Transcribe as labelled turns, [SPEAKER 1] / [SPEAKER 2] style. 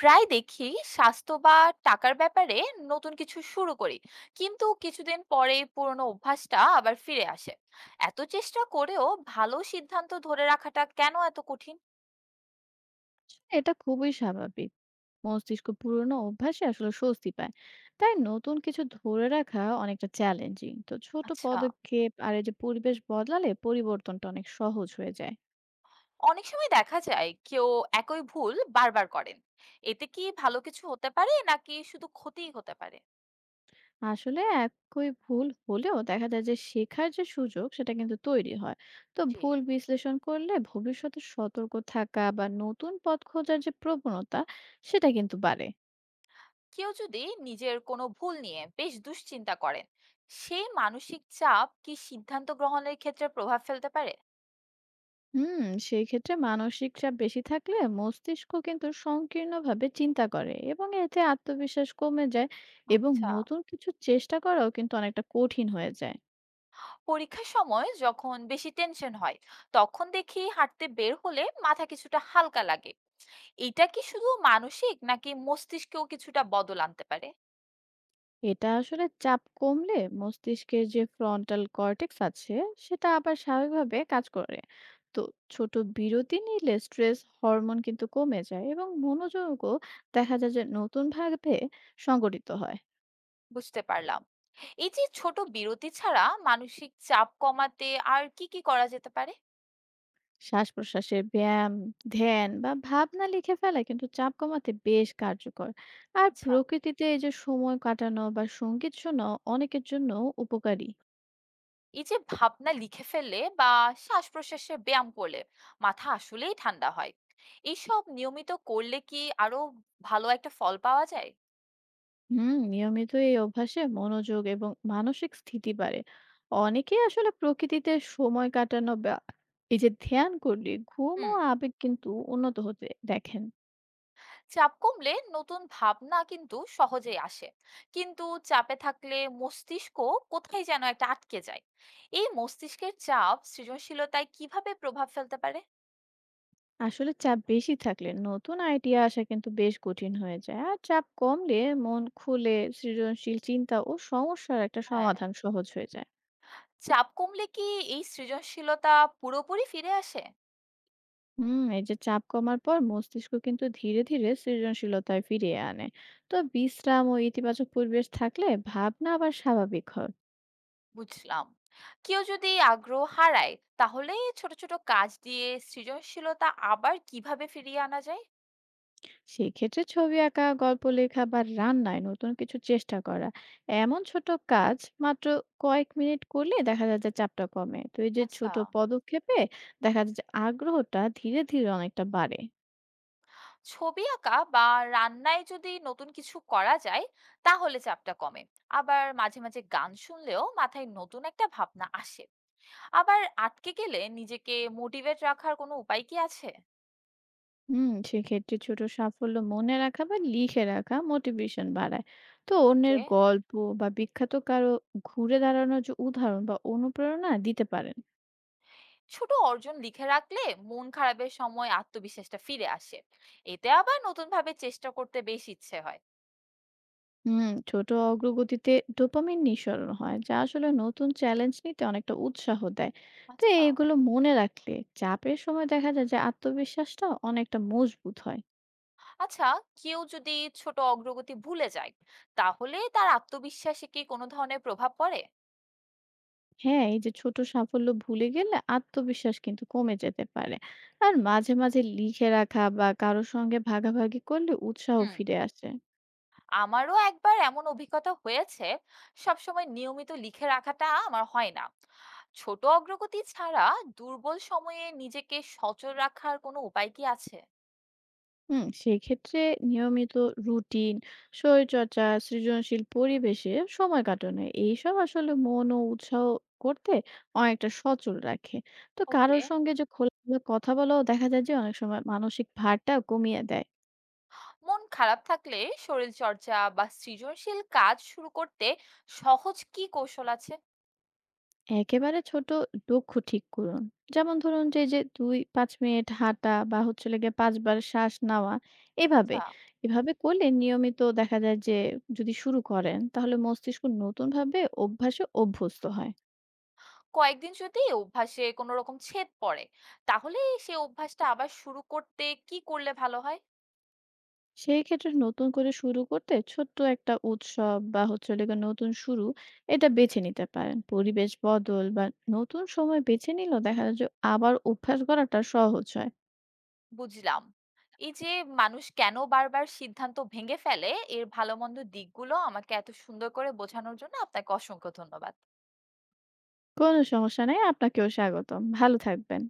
[SPEAKER 1] প্রায় দেখি স্বাস্থ্য বা টাকার ব্যাপারে নতুন কিছু শুরু করি, কিন্তু কিছুদিন পরেই পুরনো অভ্যাসটা আবার ফিরে আসে। এত চেষ্টা করেও ভালো সিদ্ধান্ত ধরে রাখাটা কেন এত কঠিন?
[SPEAKER 2] এটা খুবই স্বাভাবিক। মস্তিষ্ক পুরোনো অভ্যাসে আসলে স্বস্তি পায়। তাই নতুন কিছু ধরে রাখা অনেকটা চ্যালেঞ্জিং। তো ছোট
[SPEAKER 1] আচ্ছা,
[SPEAKER 2] পদক্ষেপ আর এই যে পরিবেশ বদলালে পরিবর্তনটা অনেক সহজ হয়ে যায়।
[SPEAKER 1] অনেক সময় দেখা যায় কেউ একই ভুল বারবার করেন, এতে কি ভালো কিছু হতে পারে নাকি শুধু ক্ষতিই হতে পারে?
[SPEAKER 2] আসলে একই ভুল হলেও দেখা যায় যে শেখার যে সুযোগ সেটা কিন্তু তৈরি হয়। তো
[SPEAKER 1] জি।
[SPEAKER 2] ভুল বিশ্লেষণ করলে ভবিষ্যতে সতর্ক থাকা বা নতুন পথ খোঁজার যে প্রবণতা সেটা কিন্তু বাড়ে।
[SPEAKER 1] কেউ যদি নিজের কোনো ভুল নিয়ে বেশ দুশ্চিন্তা করেন, সেই মানসিক চাপ কি সিদ্ধান্ত গ্রহণের ক্ষেত্রে প্রভাব ফেলতে পারে?
[SPEAKER 2] হুম, সেই ক্ষেত্রে মানসিক চাপ বেশি থাকলে মস্তিষ্ক কিন্তু সংকীর্ণভাবে চিন্তা করে এবং এতে আত্মবিশ্বাস কমে যায় এবং
[SPEAKER 1] আচ্ছা।
[SPEAKER 2] নতুন কিছু চেষ্টা করাও কিন্তু অনেকটা কঠিন হয়ে যায়।
[SPEAKER 1] পরীক্ষার সময় যখন বেশি টেনশন হয়, তখন দেখি হাঁটতে বের হলে মাথা কিছুটা হালকা লাগে। এটা কি শুধু মানসিক নাকি মস্তিষ্কেও কিছুটা বদল আনতে পারে?
[SPEAKER 2] এটা আসলে চাপ কমলে মস্তিষ্কের যে ফ্রন্টাল কর্টেক্স আছে সেটা আবার স্বাভাবিকভাবে কাজ করে। তো ছোট বিরতি নিলে স্ট্রেস হরমোন কিন্তু কমে যায় এবং মনোযোগও দেখা যায় যে নতুন ভাবে সংগঠিত হয়।
[SPEAKER 1] বুঝতে পারলাম। এই যে ছোট বিরতি ছাড়া মানসিক চাপ কমাতে আর কি কি করা যেতে পারে?
[SPEAKER 2] শ্বাস-প্রশ্বাসের ব্যায়াম, ধ্যান বা ভাবনা লিখে ফেলা কিন্তু চাপ কমাতে বেশ কার্যকর। আর
[SPEAKER 1] আচ্ছা।
[SPEAKER 2] প্রকৃতিতে এই যে সময় কাটানো বা সঙ্গীত শোনাও অনেকের জন্য উপকারী।
[SPEAKER 1] এই যে ভাবনা লিখে ফেললে বা শ্বাস প্রশ্বাসে ব্যায়াম করলে মাথা আসলেই ঠান্ডা হয়। এইসব নিয়মিত করলে কি আরো ভালো একটা ফল পাওয়া যায়?
[SPEAKER 2] হুম, নিয়মিত এই অভ্যাসে মনোযোগ এবং মানসিক স্থিতি বাড়ে। অনেকেই আসলে প্রকৃতিতে সময় কাটানো বা এই যে ধ্যান করলে ঘুম ও
[SPEAKER 1] হুম।
[SPEAKER 2] আবেগ কিন্তু উন্নত হতে দেখেন।
[SPEAKER 1] চাপ কমলে নতুন ভাবনা কিন্তু সহজেই আসে, কিন্তু চাপে থাকলে মস্তিষ্ক কোথায় যেন একটা আটকে যায়। এই মস্তিষ্কের চাপ সৃজনশীলতায় কিভাবে প্রভাব ফেলতে পারে?
[SPEAKER 2] আসলে চাপ বেশি থাকলে নতুন আইডিয়া আসা কিন্তু বেশ কঠিন হয়ে যায়, আর চাপ কমলে মন খুলে সৃজনশীল চিন্তা ও সমস্যার একটা
[SPEAKER 1] হ্যাঁ।
[SPEAKER 2] সমাধান সহজ হয়ে যায়।
[SPEAKER 1] চাপ কমলে কি এই সৃজনশীলতা পুরোপুরি ফিরে আসে?
[SPEAKER 2] হুম, এই যে চাপ কমার পর মস্তিষ্ক কিন্তু ধীরে ধীরে সৃজনশীলতায় ফিরিয়ে আনে। তো বিশ্রাম ও ইতিবাচক পরিবেশ থাকলে ভাবনা আবার স্বাভাবিক হয়।
[SPEAKER 1] বুঝলাম। কেউ যদি আগ্রহ হারায়, তাহলে ছোট ছোট কাজ দিয়ে সৃজনশীলতা আবার কিভাবে ফিরিয়ে আনা যায়?
[SPEAKER 2] সেক্ষেত্রে ছবি আঁকা, গল্প লেখা বা রান্নায় নতুন কিছু চেষ্টা করা, এমন ছোট কাজ মাত্র কয়েক মিনিট করলে দেখা যায় যে চাপটা কমে। তো এই যে
[SPEAKER 1] আচ্ছা।
[SPEAKER 2] ছোট পদক্ষেপে দেখা যায় যে আগ্রহটা ধীরে ধীরে অনেকটা বাড়ে।
[SPEAKER 1] ছবি আঁকা বা রান্নায় যদি নতুন কিছু করা যায়, তাহলে চাপটা কমে। আবার মাঝে মাঝে গান শুনলেও মাথায় নতুন একটা ভাবনা আসে। আবার আটকে গেলে নিজেকে মোটিভেট রাখার কোনো উপায় কি আছে?
[SPEAKER 2] হুম, সেক্ষেত্রে ছোট সাফল্য মনে রাখা বা লিখে রাখা মোটিভেশন বাড়ায়। তো অন্যের
[SPEAKER 1] ওকে।
[SPEAKER 2] গল্প বা বিখ্যাত কারো ঘুরে দাঁড়ানোর যে উদাহরণ বা অনুপ্রেরণা দিতে পারেন।
[SPEAKER 1] ছোট অর্জন লিখে রাখলে মন খারাপের সময় আত্মবিশ্বাসটা ফিরে আসে, এতে আবার নতুন ভাবে চেষ্টা করতে বেশ ইচ্ছে হয়।
[SPEAKER 2] হুম, ছোট অগ্রগতিতে ডোপামিন নিঃসরণ হয় যা আসলে নতুন চ্যালেঞ্জ নিতে অনেকটা উৎসাহ দেয়। তো
[SPEAKER 1] আচ্ছা।
[SPEAKER 2] এগুলো মনে রাখলে চাপের সময় দেখা যায় যে আত্মবিশ্বাসটা অনেকটা মজবুত হয়।
[SPEAKER 1] আচ্ছা, কেউ যদি ছোট অগ্রগতি ভুলে যায়, তাহলে তার আত্মবিশ্বাসে কি কোনো ধরনের প্রভাব পড়ে?
[SPEAKER 2] হ্যাঁ, এই যে ছোট সাফল্য ভুলে গেলে আত্মবিশ্বাস কিন্তু কমে যেতে পারে। আর মাঝে মাঝে লিখে রাখা বা কারোর সঙ্গে ভাগাভাগি করলে উৎসাহ
[SPEAKER 1] হুম।
[SPEAKER 2] ফিরে আসে।
[SPEAKER 1] আমারও একবার এমন অভিজ্ঞতা হয়েছে, সবসময় নিয়মিত লিখে রাখাটা আমার হয় না। ছোট অগ্রগতি ছাড়া দুর্বল সময়ে নিজেকে সচল রাখার কোনো উপায় কি আছে?
[SPEAKER 2] হুম, সেক্ষেত্রে নিয়মিত রুটিন, শরীরচর্চা, সৃজনশীল পরিবেশে সময় কাটানো, এইসব আসলে মন ও উৎসাহ করতে অনেকটা সচল রাখে। তো
[SPEAKER 1] ওকে।
[SPEAKER 2] কারোর সঙ্গে যে খোলামেলা কথা বলাও দেখা যায় যে অনেক সময় মানসিক ভারটা কমিয়ে দেয়।
[SPEAKER 1] মন খারাপ থাকলে শরীর চর্চা বা সৃজনশীল কাজ শুরু করতে সহজ কি কৌশল আছে?
[SPEAKER 2] একেবারে ছোট লক্ষ্য ঠিক করুন। যেমন ধরুন যে যে 2-5 মিনিট হাঁটা বা হচ্ছে লেগে 5 বার শ্বাস নেওয়া। এভাবে
[SPEAKER 1] আচ্ছা।
[SPEAKER 2] এভাবে করলে নিয়মিত দেখা যায় যে, যদি শুরু করেন তাহলে মস্তিষ্ক নতুন ভাবে অভ্যাসে অভ্যস্ত হয়।
[SPEAKER 1] কয়েকদিন যদি অভ্যাসে কোনো রকম ছেদ পড়ে, তাহলে সেই অভ্যাসটা আবার শুরু করতে কি করলে ভালো হয়?
[SPEAKER 2] সেই ক্ষেত্রে নতুন করে শুরু করতে ছোট্ট একটা উৎসব বা হচ্ছে হলো গিয়ে নতুন শুরু এটা বেছে নিতে পারেন। পরিবেশ বদল বা নতুন সময় বেছে নিলেও দেখা যায় যে আবার অভ্যাস করাটা সহজ হয়।
[SPEAKER 1] বুঝলাম। এই যে মানুষ কেন বারবার সিদ্ধান্ত ভেঙে ফেলে, এর ভালো-মন্দ দিকগুলো আমাকে এত সুন্দর করে বোঝানোর জন্য আপনাকে অসংখ্য ধন্যবাদ।
[SPEAKER 2] কোনো সমস্যা নেই। আপনাকেও স্বাগতম। ভালো থাকবেন।